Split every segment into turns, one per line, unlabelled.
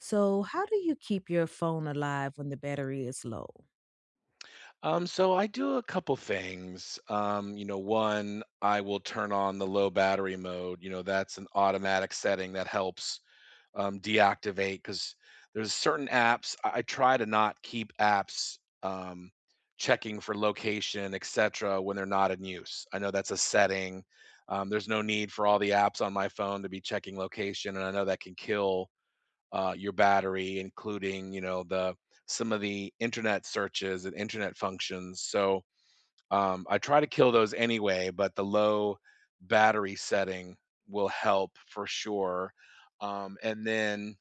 So, how do you keep your phone alive when the battery is low?
So I do a couple things. One, I will turn on the low battery mode. You know, that's an automatic setting that helps deactivate because there's certain apps I try to not keep apps um, checking for location, etc., when they're not in use. I know that's a setting. There's no need for all the apps on my phone to be checking location, and I know that can kill your battery, including you know the some of the internet searches and internet functions. So I try to kill those anyway, but the low battery setting will help for sure. And then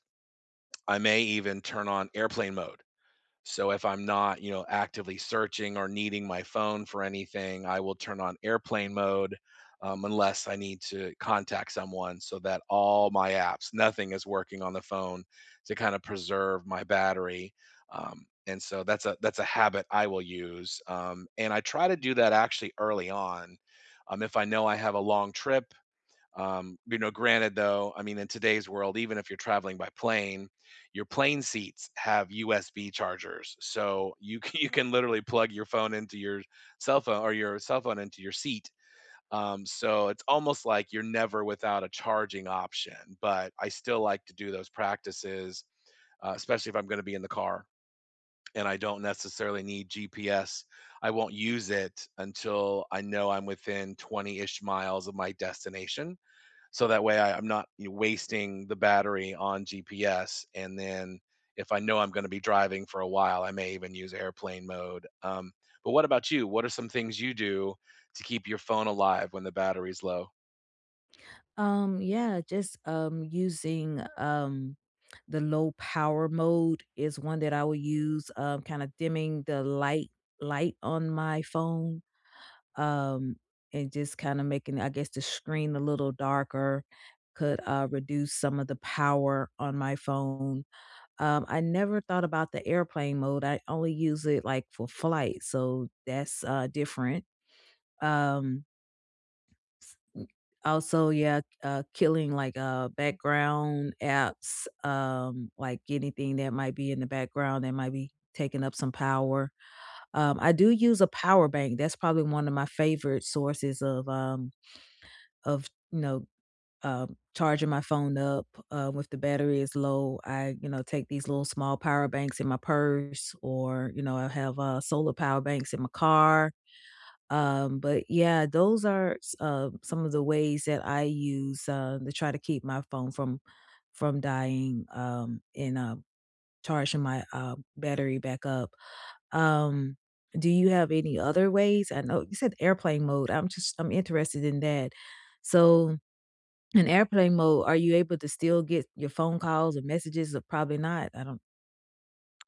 I may even turn on airplane mode, so if I'm not, you know, actively searching or needing my phone for anything, I will turn on airplane mode unless I need to contact someone, so that all my apps, nothing is working on the phone, to kind of preserve my battery. And so that's a habit I will use. And I try to do that actually early on. If I know I have a long trip, you know, granted though, I mean, in today's world, even if you're traveling by plane, your plane seats have USB chargers. So you can, you can literally plug your phone into your cell phone, or your cell phone into your seat. So it's almost like you're never without a charging option, but I still like to do those practices, especially if I'm going to be in the car and I don't necessarily need GPS. I won't use it until I know I'm within 20 ish miles of my destination, so that way I'm not, wasting the battery on GPS. And then if I know I'm going to be driving for a while, I may even use airplane mode. But what about you? What are some things you do to keep your phone alive when the battery's low?
Yeah, just using the low power mode is one that I will use, kind of dimming the light on my phone. Um, and just kind of making, I guess, the screen a little darker could reduce some of the power on my phone. I never thought about the airplane mode. I only use it like for flight, so that's different. Um Mm, Also, yeah, killing like background apps, like anything that might be in the background that might be taking up some power. I do use a power bank. That's probably one of my favorite sources of charging my phone up. If the battery is low, I, you know, take these little small power banks in my purse, or you know I have solar power banks in my car, but yeah, those are some of the ways that I use to try to keep my phone from dying, and charging my battery back up. Um, do you have any other ways? I know you said airplane mode. I'm interested in that. So, in airplane mode, are you able to still get your phone calls and messages? Probably not. I don't.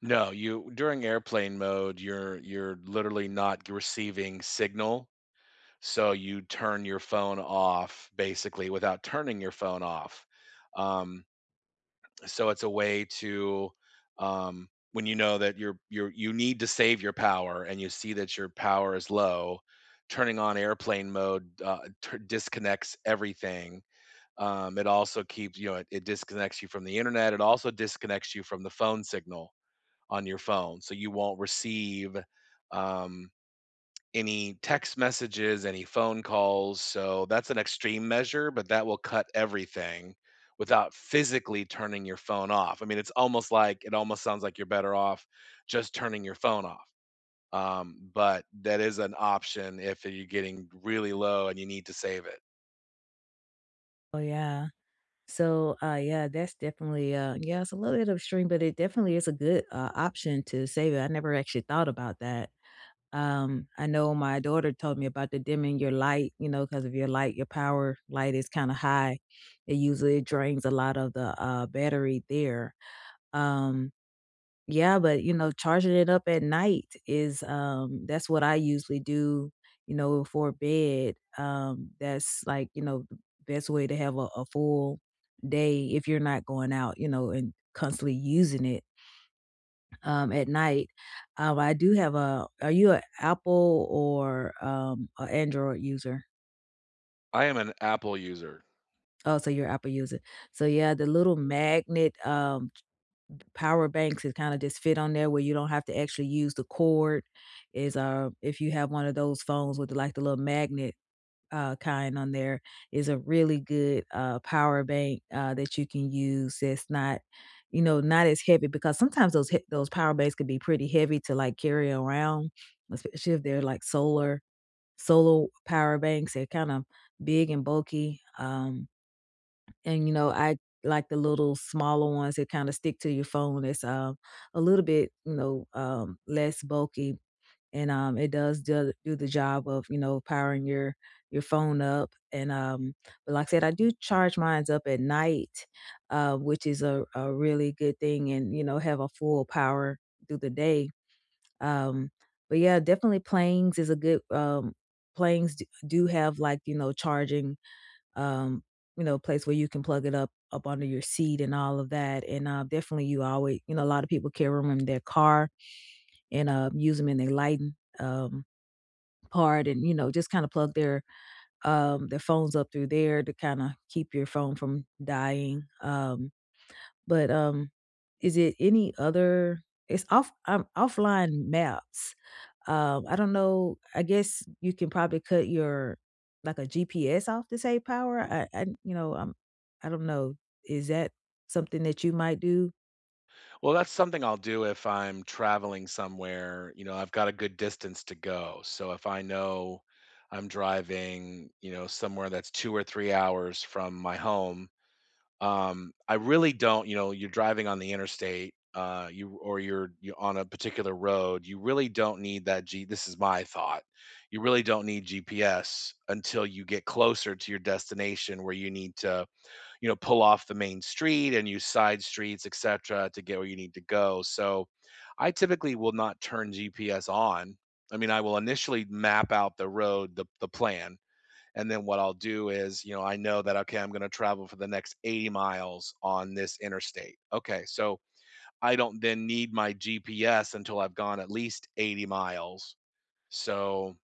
No, you, during airplane mode, you're literally not receiving signal, so you turn your phone off basically without turning your phone off. Um, so it's a way to, when you know that you need to save your power and you see that your power is low, turning on airplane mode tur disconnects everything. Um, it also keeps, you know, it disconnects you from the internet, it also disconnects you from the phone signal on your phone, so you won't receive um, any text messages, any phone calls. So that's an extreme measure, but that will cut everything without physically turning your phone off. I mean, it's almost like, it almost sounds like you're better off just turning your phone off. But that is an option if you're getting really low and you need to save it.
Oh, yeah. So, yeah, that's definitely, yeah, it's a little bit upstream, but it definitely is a good option to save it. I never actually thought about that. I know my daughter told me about the dimming your light, you know, because of your light, your power light is kind of high. It usually drains a lot of the battery there. Um, yeah, but, you know, charging it up at night is, that's what I usually do, you know, before bed. That's, like, you know, the best way to have a full day if you're not going out, you know, and constantly using it, at night. I do have a, are you an Apple or, a Android user?
I am an Apple user.
Oh, so you're an Apple user. So, yeah, the little magnet, power banks that kinda just fit on there where you don't have to actually use the cord is, if you have one of those phones with, like, the little magnet, kind on there, is a really good, power bank, that you can use that's not, you know, not as heavy because sometimes those power banks can be pretty heavy to, like, carry around, especially if they're, like, solar power banks. They're kinda big and bulky, and, you know, I like the little smaller ones that kinda stick to your phone. It's a little bit, you know, less bulky, and, it does do the job of, you know, powering your phone up, and, but like I said, I do charge mines up at night, which is a really good thing and, you know, have a full power through the day, um, but yeah, definitely planes is a good, planes d do have, like, you know, charging, um, you know, place where you can plug it up up under your seat and all of that. And definitely, you always, you know, a lot of people carry them in their car and use them in their lighting, um, part, and you know, just kind of plug their phones up through there to kind of keep your phone from dying. But, um, is it any other, it's off, offline maps. I don't know, I guess you can probably cut your, like, a GPS off to save power. I you know, I don't know. Is that something that you might do?
Well, that's something I'll do if I'm traveling somewhere. You know, I've got a good distance to go. So if I know I'm driving, you know, somewhere that's 2 or 3 hours from my home, I really don't, you know, you're driving on the interstate, you or you're on a particular road, you really don't need that G this is my thought. You really don't need GPS until you get closer to your destination, where you need to, you know, pull off the main street and use side streets, etc., to get where you need to go. So I typically will not turn GPS on. I mean, I will initially map out the road, the plan, and then what I'll do is, you know, I know that, okay, I'm going to travel for the next 80 miles on this interstate, okay, so I don't then need my GPS until I've gone at least 80 miles. So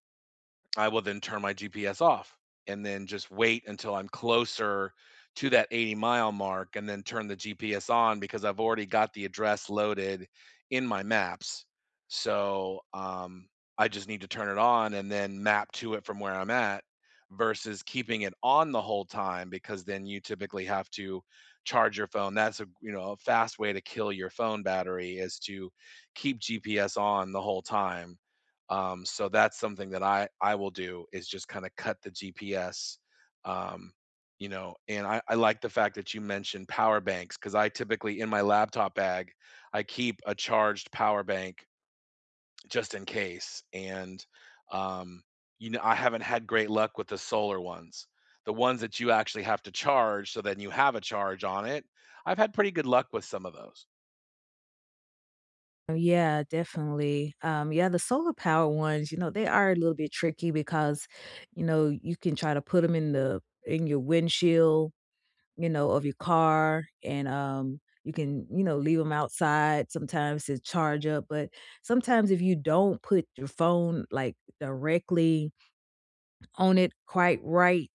I will then turn my GPS off and then just wait until I'm closer to that 80-mile mark, and then turn the GPS on because I've already got the address loaded in my maps. So I just need to turn it on and then map to it from where I'm at, versus keeping it on the whole time, because then you typically have to charge your phone. That's a, you know, a fast way to kill your phone battery is to keep GPS on the whole time. Um, so that's something that I will do, is just kind of cut the GPS. Um, you know, and I like the fact that you mentioned power banks, because I typically, in my laptop bag, I keep a charged power bank just in case. And um, you know, I haven't had great luck with the solar ones. The ones that you actually have to charge, so then you have a charge on it, I've had pretty good luck with some of those.
Oh, yeah, definitely. Yeah, the solar power ones, you know, they are a little bit tricky because, you know, you can try to put them in your windshield, you know, of your car, and, you can, you know, leave them outside sometimes to charge up, but sometimes if you don't put your phone, like, directly on it quite right,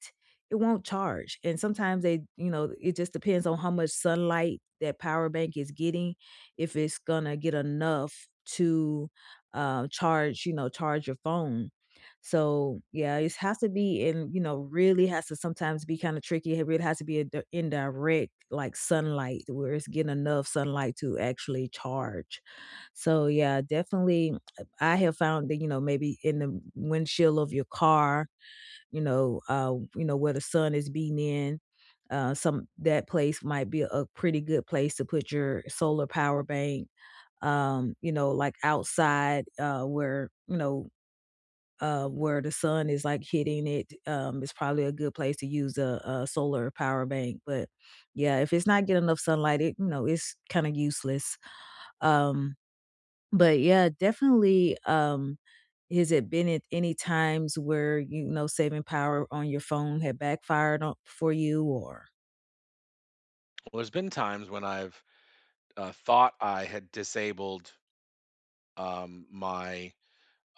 it won't charge. And sometimes they, you know, it just depends on how much sunlight that power bank is getting, if it's gonna get enough to, charge, you know, charge your phone. So, yeah, it has to be in, you know, really has to sometimes be kinda tricky. It really has to be a di indirect, like, sunlight where it's getting enough sunlight to actually charge. So, yeah, definitely, I have found that, you know, maybe in the windshield of your car, you know, where the sun is beating in. Some that place might be a pretty good place to put your solar power bank. You know, like outside, where you know, where the sun is like hitting it, is probably a good place to use a solar power bank. But yeah, if it's not getting enough sunlight, it, you know, it's kind of useless. Um, definitely, has it been at any times where, you know, saving power on your phone had backfired on for you or,
Well, there's been times when I've thought I had disabled my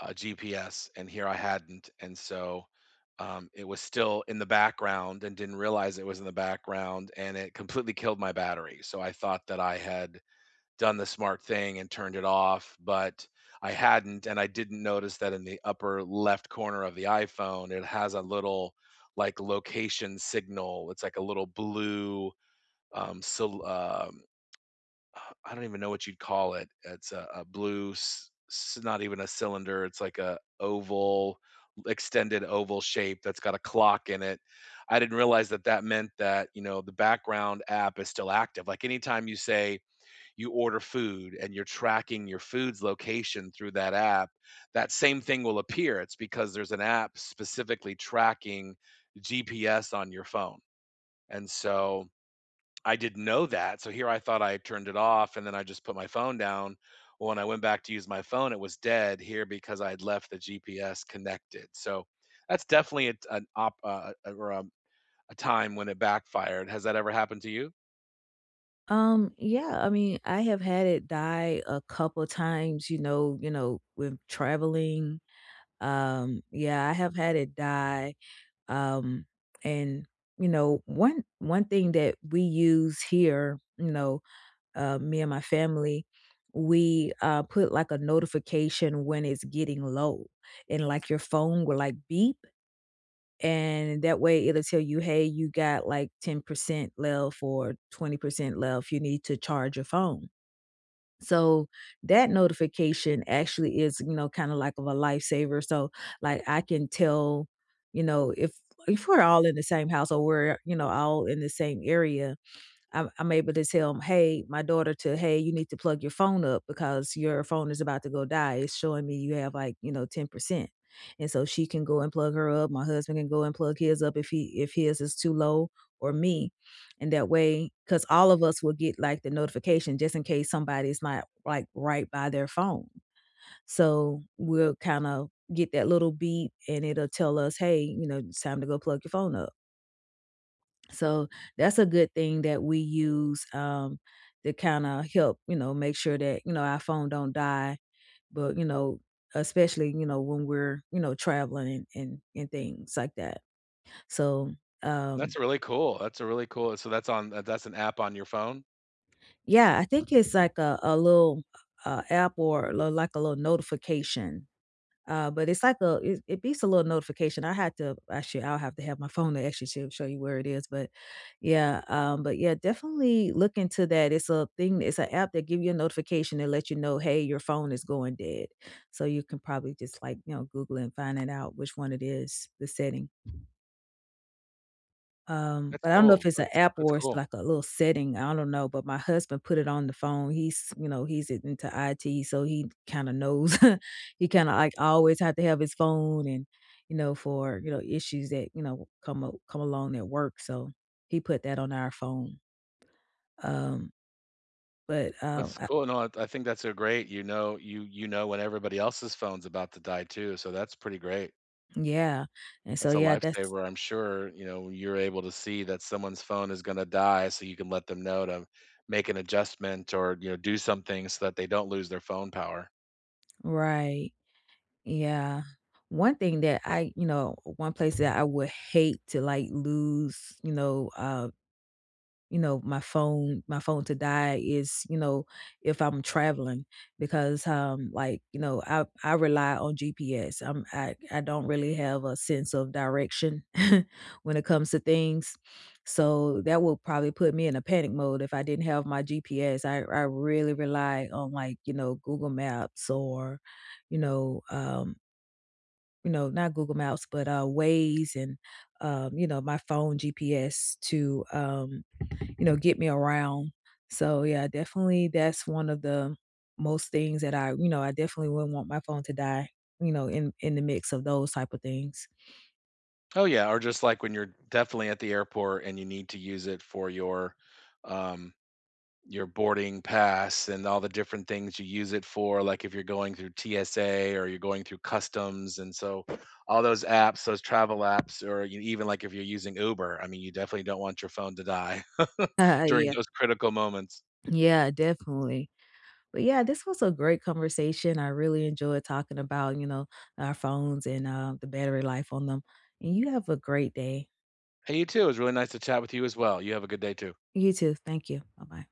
GPS, and here I hadn't. And so it was still in the background and didn't realize it was in the background, and it completely killed my battery. So I thought that I had done the smart thing and turned it off, but I hadn't. And I didn't notice that in the upper left corner of the iPhone, it has a little, like, location signal. It's like a little blue, um, so, um, I don't even know what you'd call it. It's a blue, not even a cylinder. It's like a oval, extended oval shape that's got a clock in it. I didn't realize that that meant that, you know, the background app is still active. Like, anytime you say you order food and you're tracking your food's location through that app, that same thing will appear. It's because there's an app specifically tracking GPS on your phone, and so I didn't know that. So here I thought I turned it off, and then I just put my phone down. Well, when I went back to use my phone, it was dead, here, because I had left the GPS connected. So that's definitely a, an op or a time when it backfired. Has that ever happened to you?
Yeah, I mean, I have had it die a couple times, you know, with traveling. Yeah, I have had it die, um, and, you know, one thing that we use here, you know, me and my family, we put like a notification when it's getting low, and like your phone will like beep, and that way it'll tell you, hey, you got like 10% left or 20% left. You need to charge your phone. So that notification actually is, you know, kind of like of a lifesaver. So, like, I can tell, you know, if we're all in the same house or we're, you know, all in the same area, I'm able to tell hey, my daughter, to, hey, you need to plug your phone up because your phone is about to go die, it's showing me you have like, you know, 10%, and so she can go and plug her up, my husband can go and plug his up, if he if his is too low, or me, and that way because all of us will get like the notification just in case somebody's not like right by their phone, so we'll kind of get that little beep and it'll tell us, hey, you know, it's time to go plug your phone up. So that's a good thing that we use, to kind of help, you know, make sure that you know our phone don't die. But you know, especially you know when we're you know traveling and and things like that. So, um,
That's really cool. That's a really cool. So that's on, that's an app on your phone.
yeah, I think it's like a little app or like a little notification. But it's like a, it beats a little notification. I had to actually, I'll have to have my phone to actually show you where it is. But yeah, definitely look into that. It's a thing. It's an app that give you a notification and let you know, hey, your phone is going dead. So you can probably just like you know Google and find it out which one it is, the setting.
That's
But I don't know if
cool.
it's an
That's
app
that's
or it's
cool.
like a little setting, I don't know, but my husband put it on the phone. He's, you know, he's in into IT, so he kinda knows. He kinda, like, always had to have his phone and, you know, for, you know, issues that, you know, come up come along at work, so he put that on our phone. Um,
That's
I
cool. No, I think that's a great. You know, you know when everybody else's phone's about to die too. So that's pretty great.
yeah, and so,
That's a
yeah, that's
lifesaver, I'm sure, you know, you're able to see that someone's phone is gonna die, so you can let them know to make an adjustment, or, you know, do something so that they don't lose their phone power.
right, yeah. One thing that I, you know, one place that I would hate to, like, lose, you know, my phone to die is, you know, if I'm traveling because, like, you know, I rely on GPS. I don't really have a sense of direction when it comes to things. So, that will probably put me in a panic mode if I didn't have my GPS. I really rely on, like, you know, Google Maps, or, you know, um, you know, not Google Maps, but, Waze, and, you know, my phone GPS to, you know, get me around. So yeah, definitely that's one of the most things that I, you know, I definitely wouldn't want my phone to die, you know, in the mix of those type of things.
Oh, yeah, or just like when you're definitely at the airport and you need to use it for um your boarding pass and all the different things you use it for, like if you're going through TSA or you're going through customs. And so all those apps, those travel apps, or you, even like if you're using Uber, I mean, you definitely don't want your phone to die during
Yeah.
those critical moments.
Yeah, definitely. But yeah, this was a great conversation. I really enjoyed talking about, you know, our phones and the battery life on them. And you have a great day.
Hey, you too. It was really nice to chat with you as well. You have a good day too.
You too. Thank you. Bye bye.